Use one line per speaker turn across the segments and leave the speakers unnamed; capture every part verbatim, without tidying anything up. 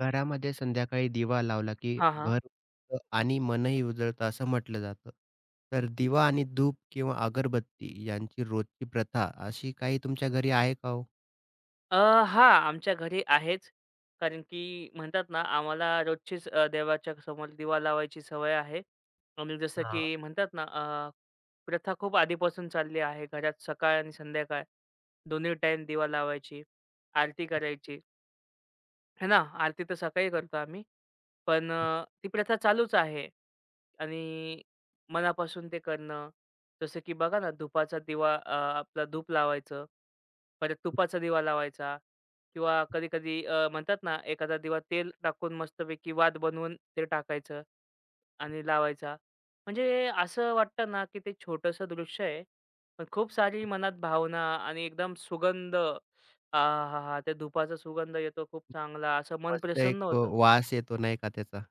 घरामध्ये संध्याकाळी दिवा लावला, की
हां, हां.
घर उजळतं आणि मनही उजळतं असं म्हटलं जातं. तर दिवा आणि धूप किंवा अगरबत्ती यांची रोजची प्रथा अशी काही तुमच्या घरी आहे का हो?
अ, हां, आमच्या घरी आहेच. कारण की म्हणतात ना, आम्हाला रोजचीच अ, देवाच्या समोर दिवा लावायची सवय आहे. आणि जसं
हां.
की म्हणतात ना, अ, प्रथा खूप आधीपासून चालली आहे. घरात सकाळ आणि संध्याकाळ दोन्ही टाईम दिवा लावायची, आरती करायची, है ना. आरती तर सकाळी करतो आम्ही. पण अ, ती प्रथा चालूच आहे आणि मनापासून ते करणं. जसं की बघा ना, धुपाचा दिवा अ, आपला धूप लावायचं. परत तुपाचा दिवा लावायचा किंवा कधी-कधी अ, म्हणतात ना, एखादा दिवा तेल टाकून मस्तपैकी वात बनवून ते टाकायचं आणि लावायचा. म्हणजे असं वाटतं ना, की ते छोटंसं दृश्य आहे. पण खूप सारी मनात भावना आणि एकदम सुगंध आहाहा! त्या धुपाचा सुगंध येतो खूप चांगला. असं मन
मस्त एक
प्रसन्न
अ,
होतं.
वास येतो नाही का त्याचा?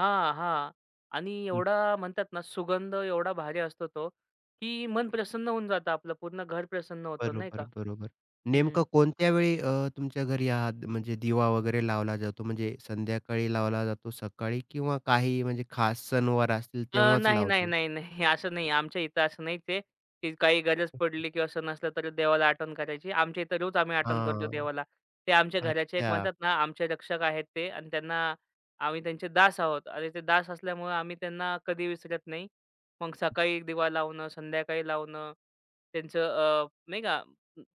हां, हां. आणि
हं,
एवढा म्हणतात ना, सुगंध एवढा भारी असतो तो, की मन प्रसन्न होऊन जातं आपलं. पूर्ण घर प्रसन्न होतं, नाही
बरोबर,
का?
बरोबर.
हं.
नेमकं कोणत्या वेळी अ, तुमच्या घरी हा द- म्हणजे दिवा वगैरे लावला जातो? म्हणजे संध्याकाळी लावला जातो, सकाळी किंवा काही म्हणजे खास सणवार असतील
अ,
तेव्हाच
नाही, नाही,
लावतो?
नाही, नाही. असं नाही. आमच्या इथं असं नाहीच आहे, की काही गरज पडली किंवा सण असला तर देवाला आठवण करायची. आमच्या इथं रोज आम्ही आठवण करतो
हां,
देवाला. ते आमच्या घराचे एक
अच्छा.
म्हणतात ना, आमचे रक्षक आहेत ते आणि त्यांना आम्ही त्यांचे दास आहोत आणि ते दास असल्यामुळं आम्ही त्यांना कधी विसरत नाही. मग सकाळी दिवा लावणं, संध्याकाळी लावणं, त्यांचं अ, नाही का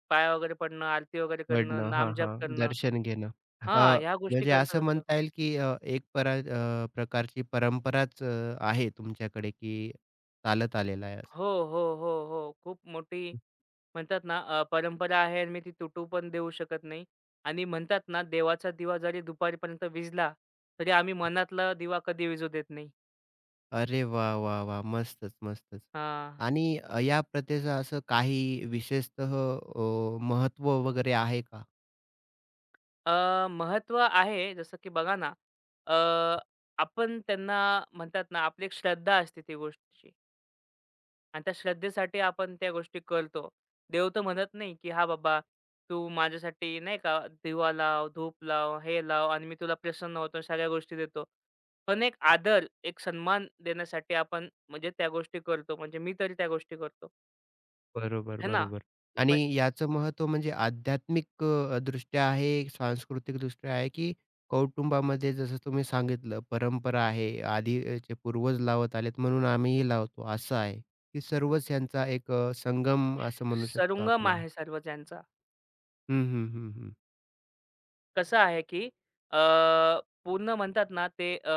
पाया वगैरे पडणं, आरती वगैरे करणं,
घडणं. हां,
नामजप
हां.
करणं
दर्शन घेणं. अ,
हां, ह्या गोष्टी
म्हणजे
करतच
असं
असतो.
म्हणता येईल की अ, एक परा अ, प्रकारची परंपराच अ, आहे तुमच्याकडे की चालत आलेला आहे. असं.
हो, हो, हो, हो. खूप मोठी म्हणतात ना अ, परंपरा आहे आणि मी ती तुटू पण देऊ शकत नाही आणि म्हणतात ना देवाचा दिवा जरी दुपारपर्यंत विजला तरी आम्ही मनातला दिवा कधी विझू देत नाही.
अरे वा, वा, वाह! मस्तच, मस्तच.
हां.
आणि अ, या प्रथेचं असं काही विशेषतः अ, महत्त्व वगैरे आहे का?
अ, आहे जसं की बघा ना, अ, आपण त्यांना म्हणतात ना आपली एक श्रद्धा असते ती गोष्टीची. आणि त्या श्रद्धेसाठी आपण त्या गोष्टी करतो. देव तर म्हणत नाही, की "हा बाबा, तू माझ्यासाठी नाही का दिवा लाव, धूप लाव, हे लाव आणि मी तुला प्रसन्न होतो, सगळ्या गोष्टी देतो." पण एक आदर, एक सन्मान देण्यासाठी आपण म्हणजे त्या गोष्टी करतो. म्हणजे मी तरी त्या गोष्टी करतो.
बरोबर,
है ना?
बरोबर. आणि
मग
याचं महत्त्व म्हणजे आध्यात्मिक अ, दृष्ट्या आहे, सांस्कृतिकदृष्ट्या आहे, की कौटुंबामध्ये जसं तुम्ही सांगितलं परंपरा आहे, आधीचे पूर्वज लावत आलेत म्हणून आम्हीही लावतो असं आहे, की सर्वच यांचा एक अ, संगम असं म्हणू शकतो
सर्वंगम
आपण.
आहे सर्व ज्यांचा.
हं, हं, हं, हं.
कसं आहे, की अ, पूर्ण म्हणतात ना ते अ,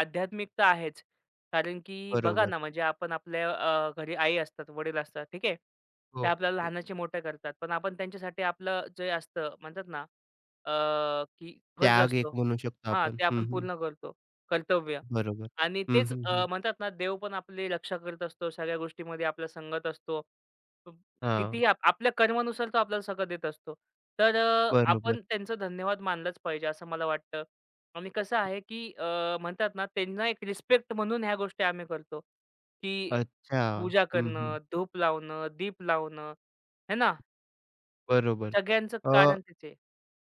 आध्यात्मिक तर आहेच. कारण की बघा
बरोबर.
ना, म्हणजे आपण आपल्या अ, घरी आई असतात, वडील असतात, ठीक आहे.
हो,
ते
हो,
आपल्याला
हो.
लहानाचे मोठे करतात. पण आपण त्यांच्यासाठी आपलं जे असतं म्हणतात ना, अ, की फर्ज
त्याग एक
असतो
म्हणू शकतो
हां,
आपण.
ते
हं,
आपण
हं.
पूर्ण करतो, कर्तव्य.
बरोबर.
आणि
हं,
तेच
हं,
अ,
हं.
म्हणतात ना, देव पण आपली रक्षा करत असतो, सगळ्या गोष्टीमध्ये आपला संगत असतो.
हां.
कितीही आपल्या कर्मानुसार तो आपल्याला सगळं देत असतो. तर अ,
बरोबर.
आपण त्यांचा धन्यवाद मानलाच पाहिजे असं मला वाटतं. आणि कसं आहे, की अ, म्हणतात ना त्यांना एक रिस्पेक्ट म्हणून ह्या गोष्टी आम्ही करतो, की
अच्छा.
पूजा
हं, हं.
करणं, धूप लावणं, दीप लावणं, आहे ना.
बरोबर.
सगळ्यांचं कारण तेच आहे.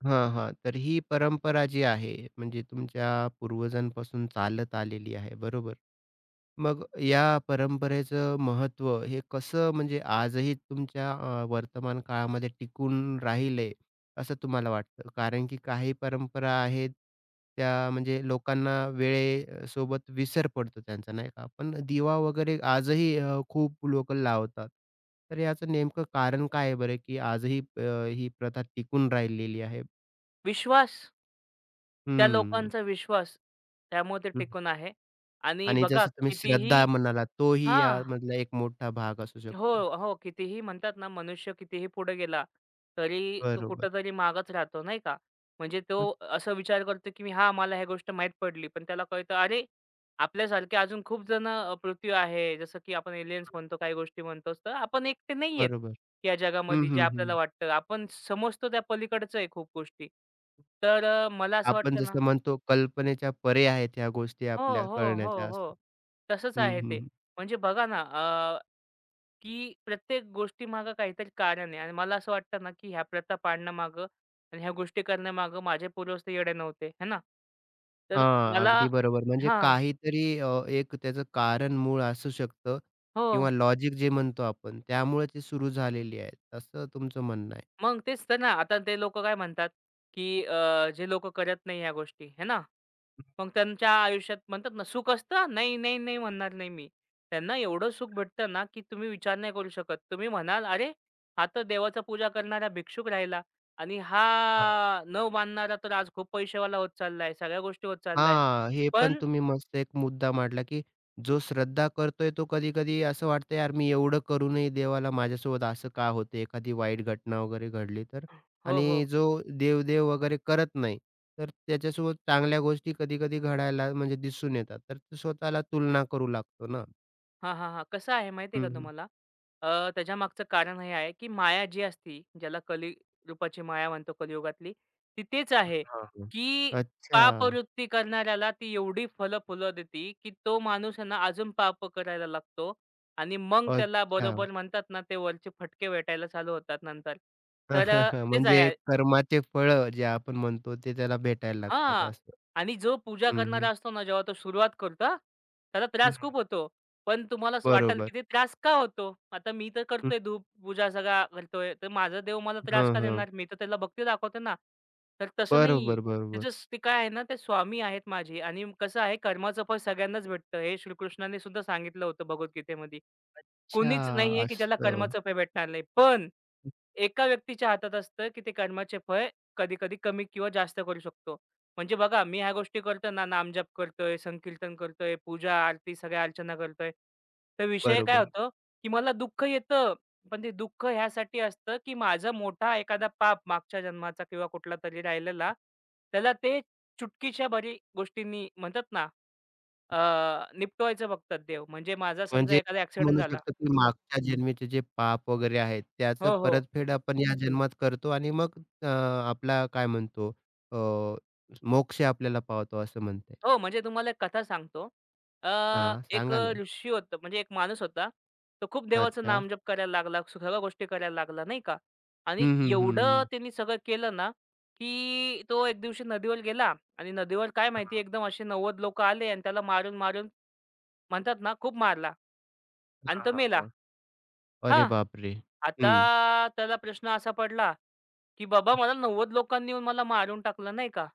हां, हां. तर ही परंपरा जी आहे, म्हणजे तुमच्या पूर्वजांपासून चालत आलेली आहे, बरोबर. मग या परंपरेचं महत्त्व हे कसं म्हणजे आजही तुमच्या अ, वर्तमान काळामध्ये टिकून राहिलंय, असं तुम्हाला वाटतं? कारण की काही परंपरा आहेत, त्या म्हणजे लोकांना वेळेसोबत विसर पडतो त्यांचा, नाही का? पण दिवा वगैरे आजही अ, खूप लोकं लावतात. तर याचं नेमकं कारण काय आहे बरं, की आजही अ, ही प्रथा टिकून राहिलेली आहे?
विश्वास. त्या
हम्म.
लोकांचा विश्वास. त्यामुळे ते
हं.
टिकून आहे. आणि
आणि
बघा
जसं तुम्ही श्रद्धा
कितीही
म्हणालात, तोही
हां.
यामधला एक मोठा भाग असू
हो,
शकतो.
हो. कितीही म्हणतात ना, मनुष्य कितीही पुढे गेला, तरी तो
बरोबर.
कुठेतरी मागच राहतो, नाही का? म्हणजे तो
हं,
असा विचार करतो, की हां, मला ह्या गोष्ट माहीत पडली. पण त्याला कळतं, अरे, आपल्यासारखे अजून खूप जण अ, पृथ्वी आहे. जसं की आपण एलियन्स म्हणतो, काही गोष्टी म्हणतो. तर आपण एकटे नाही आहेत
बरोबर.
या
हं,
जगामध्ये, जे
हं, हं.
आपल्याला वाटतं. आपण समजतो त्या पलीकडचं आहे खूप गोष्टी. तर अ, मला असं
आपण
वाटतं ना
जसं म्हणतो कल्पनेच्या परे आहेत ह्या गोष्टी
हो,
आपल्या
हो, हो,
कळण्याच्या
हो.
असतात.
तसंच
हं,
आहे
हं.
ते.
हं.
म्हणजे बघा ना, की प्रत्येक गोष्टीमागं काहीतरी कारण आहे आणि मला असं वाटतं ना, की ह्या प्रथा पाडण्यामागं आणि ह्या गोष्टी करण्यामागं माझे पूर्वज तर येडे नव्हते, है ना? तर
हां,
मला
अगदी बरोबर. म्हणजे
हां.
काहीतरी अ, एक त्याचं कारण मूळ असू शकतं
हो.
किंवा लॉजिक जे म्हणतो आपण त्यामुळे ती सुरू झालेली आहे, असं तुमचं म्हणणं आहे.
मग तेच तर ना. आता ते लोकं काय म्हणतात, की अ, जे लोकं करत नाही ह्या गोष्टी, है ना? मग त्यांच्या आयुष्यात म्हणतात ना, सुख असतं? "नाही, नाही, नाही" म्हणणार नाही मी. त्यांना एवढं सुख भेटतं ना, की तुम्ही विचार नाही करू शकत. तुम्ही म्हणाल, "अरे, हा तर देवाचा पूजा करणारा भिक्षुक राहिला आणि हा न मानणारा तर आज खूप पैसेवाला होत चाललाय, सगळ्या गोष्टी होत चाललाय."
हां, हे पण
पण
तुम्ही मस्त एक मुद्दा मांडला, की जो श्रद्धा करतोय तो कधी-कधी असं वाटतं, "यार, मी एवढं करूनही देवाला माझ्यासोबत असं का होते?" एखादी वाईट घटना वगैरे घडली तर.
हो, हो.
आणि जो देव-देव वगैरे करत नाही, तर त्याच्यासोबत चांगल्या गोष्टी कधी-कधी घडायला म्हणजे दिसून येतात. तर तो स्वतःला तुलना करू लागतो ना.
हां, हां, हां. कसं आहे माहिती आहे
हं,
का
हं.
तुम्हाला? अ, त्याच्यामागचं कारण हे आहे, की माया जी असती, ज्याला कली रूपाची माया म्हणतो कलियुगातली, ती तेच आहे,
हां, हां.
की
अच्छा,
पापवृत्ती करणाऱ्याला ती एवढी फळं-फुलं देते, की तो माणूस आहे ना अजून पाप करायला लागतो आणि मग त्याला
अच्छा.
बरोबर म्हणतात ना, ते वरचे फटके भेटायला चालू होतात नंतर. तर अ, तेच
म्हणजे
आहे
कर्माचे फळं जे आपण म्हणतो, ते त्याला भेटायला लागतात
हां.
असं.
आणि जो पूजा
हं,
करणारा
हं.
असतो ना, जेव्हा तो सुरुवात करतो हां, त्याला
हं,
त्रास खूप होतो. पण तुम्हाला असं वाटेल,
बरोबर.
की ते त्रास का होतो? आता मी तर करतोय धूप, पूजा सगळा करतोय, तर माझा देव मला त्रास
हं,
का
हं.
देणार? मी तर त्याला भक्ती दाखवतो ना. तर तसं नाही.
बरोबर, बरोबर.
त्याचं स ते काय आहे ना, ते स्वामी आहेत माझे आणि कसं आहे कर्माचं फळ सगळ्यांनाच भेटतं. हे श्रीकृष्णाने सुद्धा सांगितलं होतं भगवद्गीतेमध्ये.
अच्छा
कोणीच नाहीये, की ज्याला
असं.
कर्माचं फळ भेटणार नाही. पण एका व्यक्तीच्या हातात असतं, की ते कर्माचे फळ कधी-कधी कमी किंवा जास्त करू शकतो. म्हणजे बघा, मी ह्या गोष्टी करताना नामजप करतोय, संकीर्तन करतोय, पूजा, आरती सगळ्या अर्चना करतोय. तर विषय काय
बरोबर.
होतो, की मला दुःख येतं, पण ते दुःख ह्यासाठी असतं, की माझा मोठा एखादा पाप मागच्या जन्माचा किंवा कुठला तरी राहिलेला, त्याला ते चुटकीच्या भरी गोष्टींनी म्हणतात ना, अ, निपटवायचं बघतात देव. म्हणजे माझा समजा
म्हणजे
एखादा
असं
ॲक्सिडेंट
म्हणू
झाला
शकतो, की मागच्या जन्मीचे जे पाप वगैरे आहेत, त्याचं
हो, हो.
परतफेड आपण या जन्मात करतो आणि मग अ, आपला काय म्हणतो अ, मोक्ष आपल्याला पावतो असं म्हणताय.
हो, म्हणजे तुम्हाला एक कथा सांगतो. अ,
हां,
एक अ,
सांगा ना.
ऋषी होतं म्हणजे एक माणूस होता. तो खूप देवाचं
अच्छा.
नामजप करायला लागला, सगळ्या गोष्टी करायला लागला, नाही का? आणि
हं, हं, हं,
एवढं
हं.
त्यांनी सगळं केलं ना, की तो एक दिवशी नदीवर गेला आणि नदीवर काय माहिती
हां,
एकदम असे नव्वद लोकं आले आणि त्याला मारून-मारून म्हणतात ना, खूप मारला आणि
हां,
तो
हां,
मेला.
हां. अरे
हां,
बापरे!
आता
हं.
त्याला प्रश्न असा पडला, की बाबा मला नव्वद लोकांनी येऊन मला मारून टाकलं, नाही का?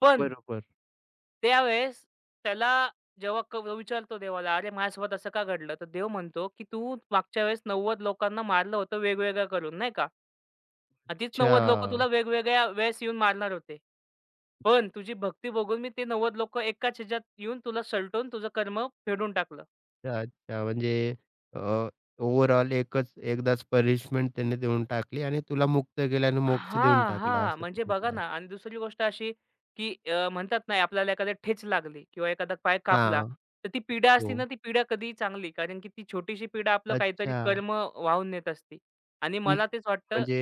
पण
बरोबर.
त्यावेळेस त्याला जेव्हा क विचारतो देवाला, "अरे माझ्यासोबत असं का घडलं?" तर देव म्हणतो, की "तू मागच्या वेळेस नव्वद लोकांना मारलं होतं वेगवेगळं करून नाही का? आणि तीच नव्वद लोकं तुला
अच्छा.
वेगवेगळ्या वेळेस येऊन मारणार होते. पण तुझी भक्ती बघून मी ते नव्वद लोकं एकाच ह्याच्यात येऊन तुला सलटून तुझं कर्म फेडून टाकलं."
अच्छा. म्हणजे अ, ओव्हरऑल एकच एकदाच पनिशमेंट त्यांनी देऊन टाकली आणि तुला मुक्त केलं आणि मोक्ष देऊन
हां,
टाकला
हां.
असं
म्हणजे बघा
सांगितलं.
ना आणि दुसरी गोष्ट अशी, की अ, म्हणतात ना आपल्याला एखाद्या ठेच लागली किंवा एखादा पाय कापला,
हां.
तर ती पीडा असते
हो.
ना, ती पीडा कधीही चांगली. कारण की ती छोटीशी पीडा आपलं काहीतरी
अच्छा.
कर्म वाहून नेत असते. आणि
हं.
मला तेच वाटतं
म्हणजे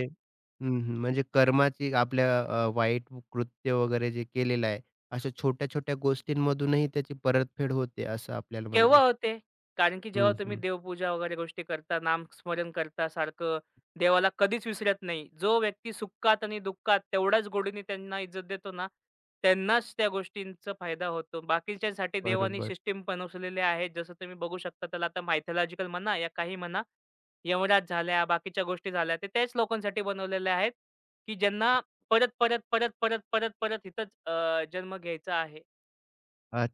हं, हं. म्हणजे कर्माची आपल्या अ, वाईट कृत्य वगैरे जे केलेलं आहे, अशा छोट्या-छोट्या गोष्टींमधूनही त्याची परतफेड होते असं आपल्याला
केव्हा
म्हणजे
होते? कारण की जेव्हा
हं,
तुम्ही
हं.
देवपूजा वगैरे गोष्टी करता, नामस्मरण करता सारखं, देवाला कधीच विसरत नाही. जो व्यक्ती सुखात आणि दुःखात तेवढ्याच गोडीने त्यांना इज्जत देतो ना, त्यांनाच त्या गोष्टींचा फायदा होतो. बाकीच्यांसाठी देवानी
बरोबर.
सिस्टम बनवलेल्या आहेत. जसं तुम्ही बघू शकता त्याला आता मायथॉलॉजिकल म्हणा या काही म्हणा, यमराज झाल्या, बाकीच्या गोष्टी झाल्या, ते त्याच लोकांसाठी बनवलेल्या आहेत, की ज्यांना परत, परत, परत, परत, परत, परत इथंच अ, जन्म घ्यायचा आहे
अ,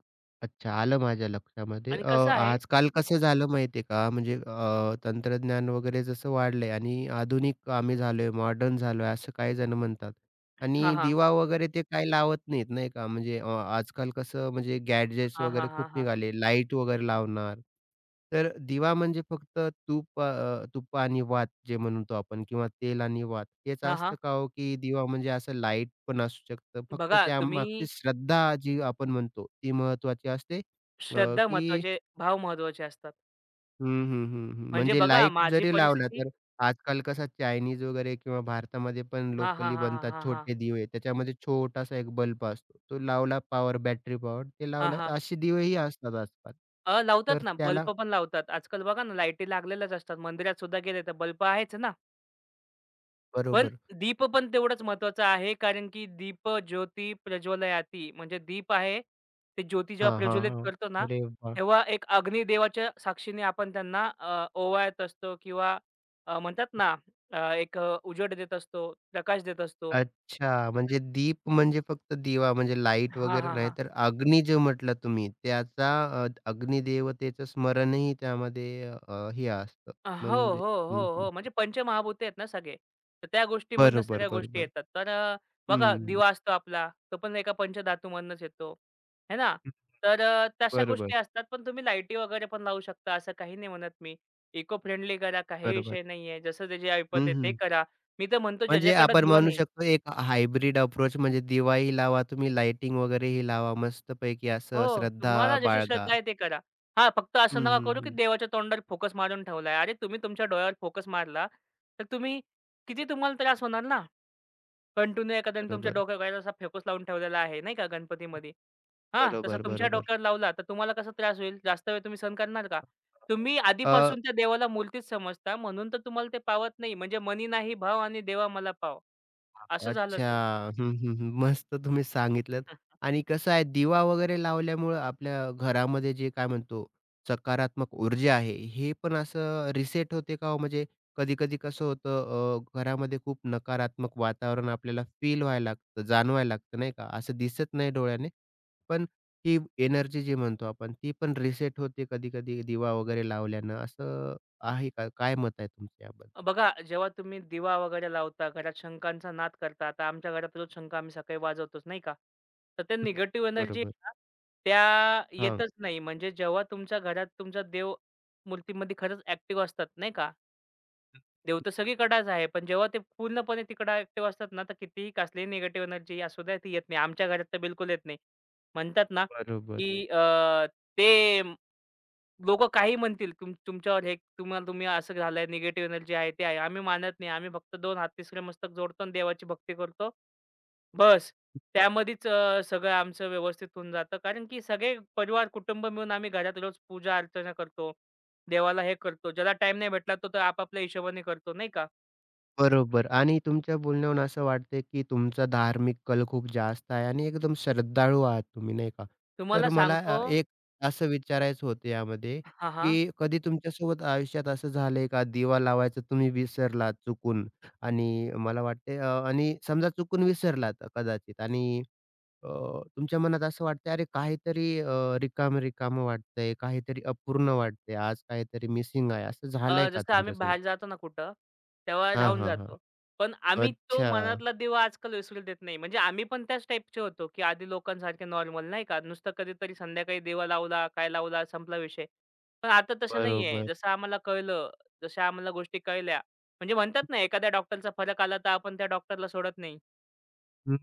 अच्छा आलं माझ्या लक्षामध्ये.
आणि
अ,
कसं आहे
आजकाल कसं झालं माहिती आहे का? म्हणजे अ, तंत्रज्ञान वगैरे जसं वाढलंय आणि आधुनिक आम्ही झालोय, मॉडर्न झालोय असं काही जण म्हणतात.
हां,
आणि
हां.
दिवा वगैरे ते काही लावत नाहीत, नाही का? म्हणजे अ, आजकाल कसं म्हणजे गॅडजेट्स
हां, हां,
वगैरे खूप
हां, हां.
निघाले, लाईट वगैरे लावणार. तर दिवा म्हणजे फक्त तूप अ, तूप आणि वात जे म्हणतो आपण किंवा तेल आणि वात हेच
हां, हां.
असतं का हो, की दिवा म्हणजे असं लाईट पण असू शकतं? फक्त
बघा
त्यामागची
तुम्ही
श्रद्धा जी आपण म्हणतो, ती महत्त्वाची असते, अ,
श्रद्धा
की
महत्त्वाचे, भाव महत्त्वाचे असतात.
हं, हं, हं, हं.
म्हणजे
म्हणजे
बघा
लाईट
माझी
जरी लावला
परिस्थिती
तर आजकाल कसा चायनीज वगैरे किंवा भारतामध्ये पण
हां, हां,
लोकली
हां,
बनतात
हां, हां,
छोटे दिवे. त्याच्यामध्ये छोटासा एक बल्ब असतो. तो लावला पॉवर बॅटरी पॉवर ते
हां,
लावला
हां.
असे दिवेही असतात आजकाल.
अ, लावतात
तर
ना
त्याला
बल्ब पण लावतात. आजकाल बघा ना लाईटी लागलेल्याच असतात. मंदिरात सुद्धा गेले तर बल्ब आहेच ना. पण
बरोबर.
दीप पण तेवढंच महत्वाचं आहे, कारण की दीप ज्योती प्रज्वलयाती म्हणजे दीप आहे, ते ज्योती जेव्हा
हां, हां,
प्रज्वलित
हां.
करतो ना,
अरे वाह!
तेव्हा एक अग्निदेवाच्या साक्षीने आपण त्यांना अ, ओवाळत असतो किंवा अ, म्हणतात ना, अ, एक अ, उजेड देत असतो, प्रकाश देत असतो.
अच्छा.
तर
म्हणजे दीप म्हणजे फक्त दिवा म्हणजे लाईट
हां,
वगैरे
हां,
नाही
हां.
तर अग्नी जे म्हटलं तुम्ही त्याचा अ, अग्निदेवतेचं स्मरणही त्यामध्ये अ, हे असतं
अ, हो,
म्हणजे
हो, हो,
हं, हं.
हो. म्हणजे पंचमहाभूते आहेत ना सगळे. तर त्या गोष्टीमधनं
बरोबर,
सगळ्या गोष्टी
बरोबर.
येतात. तर अ, बघा
हं.
दिवा असतो आपला, तो पण एका पंचधातूमधनंच येतो, है ना?
हं.
तर अ, तशा
बरोबर,
गोष्टी असतात. पण तुम्ही लाईटी वगैरे पण लावू शकता, असं काही नाही म्हणत मी. इको फ्रेंडली करा, काही
बरोबर.
विषय नाही जसं जे जे ऐपत
हं,
आहे ते
हं.
करा. मी तर म्हणतो
म्हणजे
ज्याच्याकडे
आपण
दिवा
म्हणू
नाही
शकतो एक हायब्रिड अप्रोच म्हणजे दिवाही लावा तुम्ही, लाइटिंग वगैरेही लावा मस्तपैकी असं
हो,
श्रद्धा
तुम्हाला जशी
बाळगा.
श्रद्धा आहे ते करा. हां, फक्त
हं,
असं नका
हं,
करू, की
हं.
देवाच्या तोंडावर फोकस मारून ठेवलाय. अरे, तुम्ही तुमच्या डोळ्यावर फोकस मारला, तर तुम्ही किती तुम्हाला त्रास होणार ना. कंटिन्यू एखाद्याने तुमच्या
बरोबर,
डोक्यावर असा फेकूस लावून ठेवलेला आहे, नाही का गणपतीमध्ये. हां, तसा
बरोबर,
तुमच्या
बरोबर.
डोक्यावर लावला, तर तुम्हाला कसा त्रास होईल? जास्त वेळ तुम्ही सहन करणार का? तुम्ही आधीपासून त्या देवाला मूर्तीच समजता, म्हणून तर तुम्हाला ते पावत नाही. म्हणजे मनी नाही भाव आणि देवा मला पाव, असं झालं
अच्छा.
ते.
हं, हं, हं. मस्त तुम्ही सांगितलंत आणि कसं आहे दिवा वगैरे लावल्यामुळं आपल्या घरामध्ये जे काय म्हणतो सकारात्मक ऊर्जा आहे, हे पण असं रिसेट होते का हो? म्हणजे कधी-कधी कसं होतं अ, घरामध्ये खूप नकारात्मक वातावरण आपल्याला फील व्हायला लागतं, जाणवायला लागतं नाही का? असं दिसत नाही डोळ्याने, पण ती एनर्जी जी म्हणतो आपण ती पण रिसेट होते कधी-कधी दिवा वगैरे लावल्यानं असं आहे का? काय मत आहे तुमचं याबद्दल?
बघा, जेव्हा तुम्ही दिवा वगैरे लावता, घरात शंखांचा नाद करता. आता आमच्या घरात रोज शंख आम्ही सकाळी वाजवतोच, नाही का. तर ते
हं.
निगेटिव्ह एनर्जी
बरोबर.
त्या
हां.
येतच नाही. म्हणजे जेव्हा तुमच्या घरात तुमचा देव मूर्तीमध्ये खरंच ॲक्टिव्ह असतात, नाही का. देव तर सगळीकडेच आहे. पण जेव्हा ते पूर्णपणे तिकडे ॲक्टिव्ह असतात ना, तर कितीही कसलीही निगेटिव्ह एनर्जी असू द्या, ती येत नाही. आमच्या घरात तर बिलकुल येत नाही. म्हणतात ना,
बरोबर.
की अ, ते लोकं काही म्हणतील, तुम तुमच्यावर हे तुम्हाला तुम्ही असं झालंय, निगेटिव्ह एनर्जी आहे, ते आहे. आम्ही मानत नाही. आम्ही फक्त दोन हात तिसरे मस्तक जोडतो आणि देवाची भक्ती करतो. बस. त्यामध्येच अ, सगळं आमचं व्यवस्थित होऊन जातं. कारण की सगळे परिवार, कुटुंब मिळून आम्ही घरात रोज पूजा अर्चना करतो. देवाला हे करतो. ज्याला टाईम नाही भेटला, तो तर आपापल्या हिशोबाने करतो, नाही का?
बरोबर आणि तुमच्या बोलण्यावरून असं वाटतंय, की तुमचा धार्मिक कल खूप जास्त आहे आणि एकदम श्रद्धाळू आहात तुम्ही, नाही का? तर
तुम्हाला
मला
सांगतो
अ, एक असं विचारायचं होतं यामध्ये,
हां, हां.
की कधी तुमच्यासोबत आयुष्यात असं झालंय का दिवा लावायचं तुम्ही विसरलात चुकून आणि मला वाटतंय अ, आणि समजा चुकून विसरलात कदाचित आणि अ, तुमच्या मनात असं वाटतंय, "अरे काहीतरी अ, रिकामं-रिकामं वाटतंय, काहीतरी अपूर्ण वाटतंय, आज काहीतरी मिसिंग आहे." असं झालंय
अ,
का
जसं आम्ही
तुमच्यासोबत?
बाहेर जातो ना कुठं, तेव्हा
हां,
राहून
हां, हां.
जातो. पण आम्ही तो
अच्छा.
मनातला दिवा आजकाल विसरू देत नाही. म्हणजे आम्ही पण त्याच टाईपचे होतो, की आधी लोकांसारखे नॉर्मल नाही का, नुसतं कधीतरी संध्याकाळी दिवा लावला, काय लावला, संपला विषय. पण आता तसं नाहीये.
बरोबर.
जसं आम्हाला कळलं, जशा आम्हाला गोष्टी कळल्या, म्हणजे म्हणतात ना एखाद्या डॉक्टरचा फरक आला, तर आपण त्या डॉक्टरला सोडत नाही.
हं.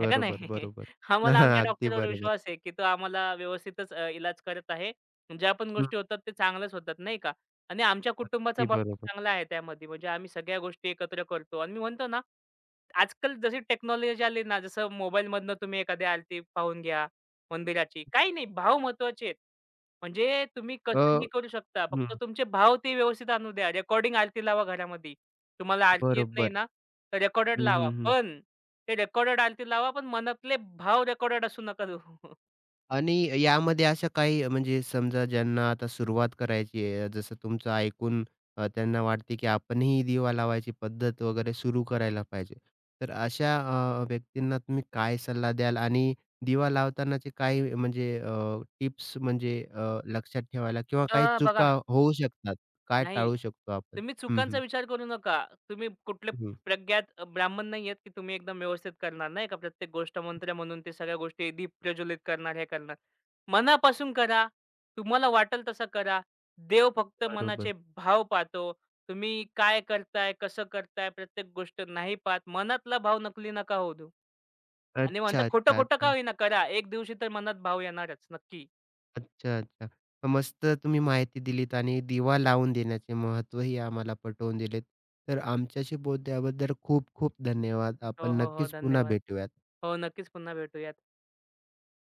आहे का नाही?
बरोबर.
आम्हाला आमच्या
अगदी
डॉक्टरवर
बरोबर.
विश्वास आहे, की तो आम्हाला व्यवस्थितच अ, इलाज करत आहे. ज्या पण
हं.
गोष्टी होतात ते चांगल्याच होतात नाही का? आणि आमच्या कुटुंबाचा
अगदी बरोबर.
भरोसा चांगला आहे त्यामध्ये. म्हणजे आम्ही सगळ्या गोष्टी एकत्र करतो आणि मी म्हणतो ना, आजकाल जशी टेक्नॉलॉजी आली ना, जसं मोबाईलमधनं तुम्ही एखादी आरती पाहून घ्या मंदिराची. काही नाही भाव महत्त्वाचे आहेत. म्हणजे तुम्ही
अ,
कसंही करू शकता.
हं.
फक्त तुमचे भाव ते व्यवस्थित आणू द्या. रेकॉर्डिंग आरती लावा घरामध्ये. तुम्हाला आरती येत नाही
बरोबर.
ना, तर रेकॉर्डेड
हं,
लावा.
हं, हं.
पण ते रेकॉर्डेड आरती लावा, पण मनातले भाव रेकॉर्डेड असू नका देऊ.
आणि यामध्ये अशा काही म्हणजे समजा ज्यांना आता सुरुवात करायची आहे, जसं तुमचं ऐकून अ, त्यांना वाटते की आपणही दिवा लावायची पद्धत वगैरे सुरू करायला पाहिजे. तर अशा अ, व्यक्तींना तुम्ही काय सल्ला द्याल? आणि दिवा लावतानाचे काही म्हणजे टिप्स म्हणजे अ, लक्षात ठेवायला किंवा काही
अ, बघा.
चुका होऊ शकतात, काय
नाही.
टाळू शकतो आपण?
तुम्ही
हं,
चुकांचा
हं.
विचार करू नका. तुम्ही कुठले
हं.
प्रज्ञात अ, ब्राह्मण नाही आहेत, की तुम्ही एकदम व्यवस्थित करणार नाही का प्रत्येक गोष्ट मंत्र म्हणून ते सगळ्या गोष्टी दीप प्रज्वलित करणार, हे करणार. मनापासून करा. तुम्हाला वाटेल तसं करा. देव फक्त मनाचे
बरोबर.
भाव पाहतो. तुम्ही काय करताय, कसं करताय प्रत्येक गोष्ट नाही पाहत. मनातला भाव नकली नका होऊ देऊ. आणि म्हणतात
अच्छा, अच्छा,
खोटं-खोटं का
अच्छा.
होईना करा. एक दिवशी तर मनात भाव येणारच नक्की.
अच्छा, अच्छा. अ, मस्त तुम्ही माहिती दिलीत आणि दिवा लावून देण्याचे महत्त्वही आम्हाला पटवून दिलेत. तर आमच्याशी बोलल्याबद्दल खूप खूप धन्यवाद.
हो,
आपण
हो, हो.
नक्कीच पुन्हा
धन्यवाद.
भेटूयात.
हो, नक्कीच पुन्हा भेटूयात.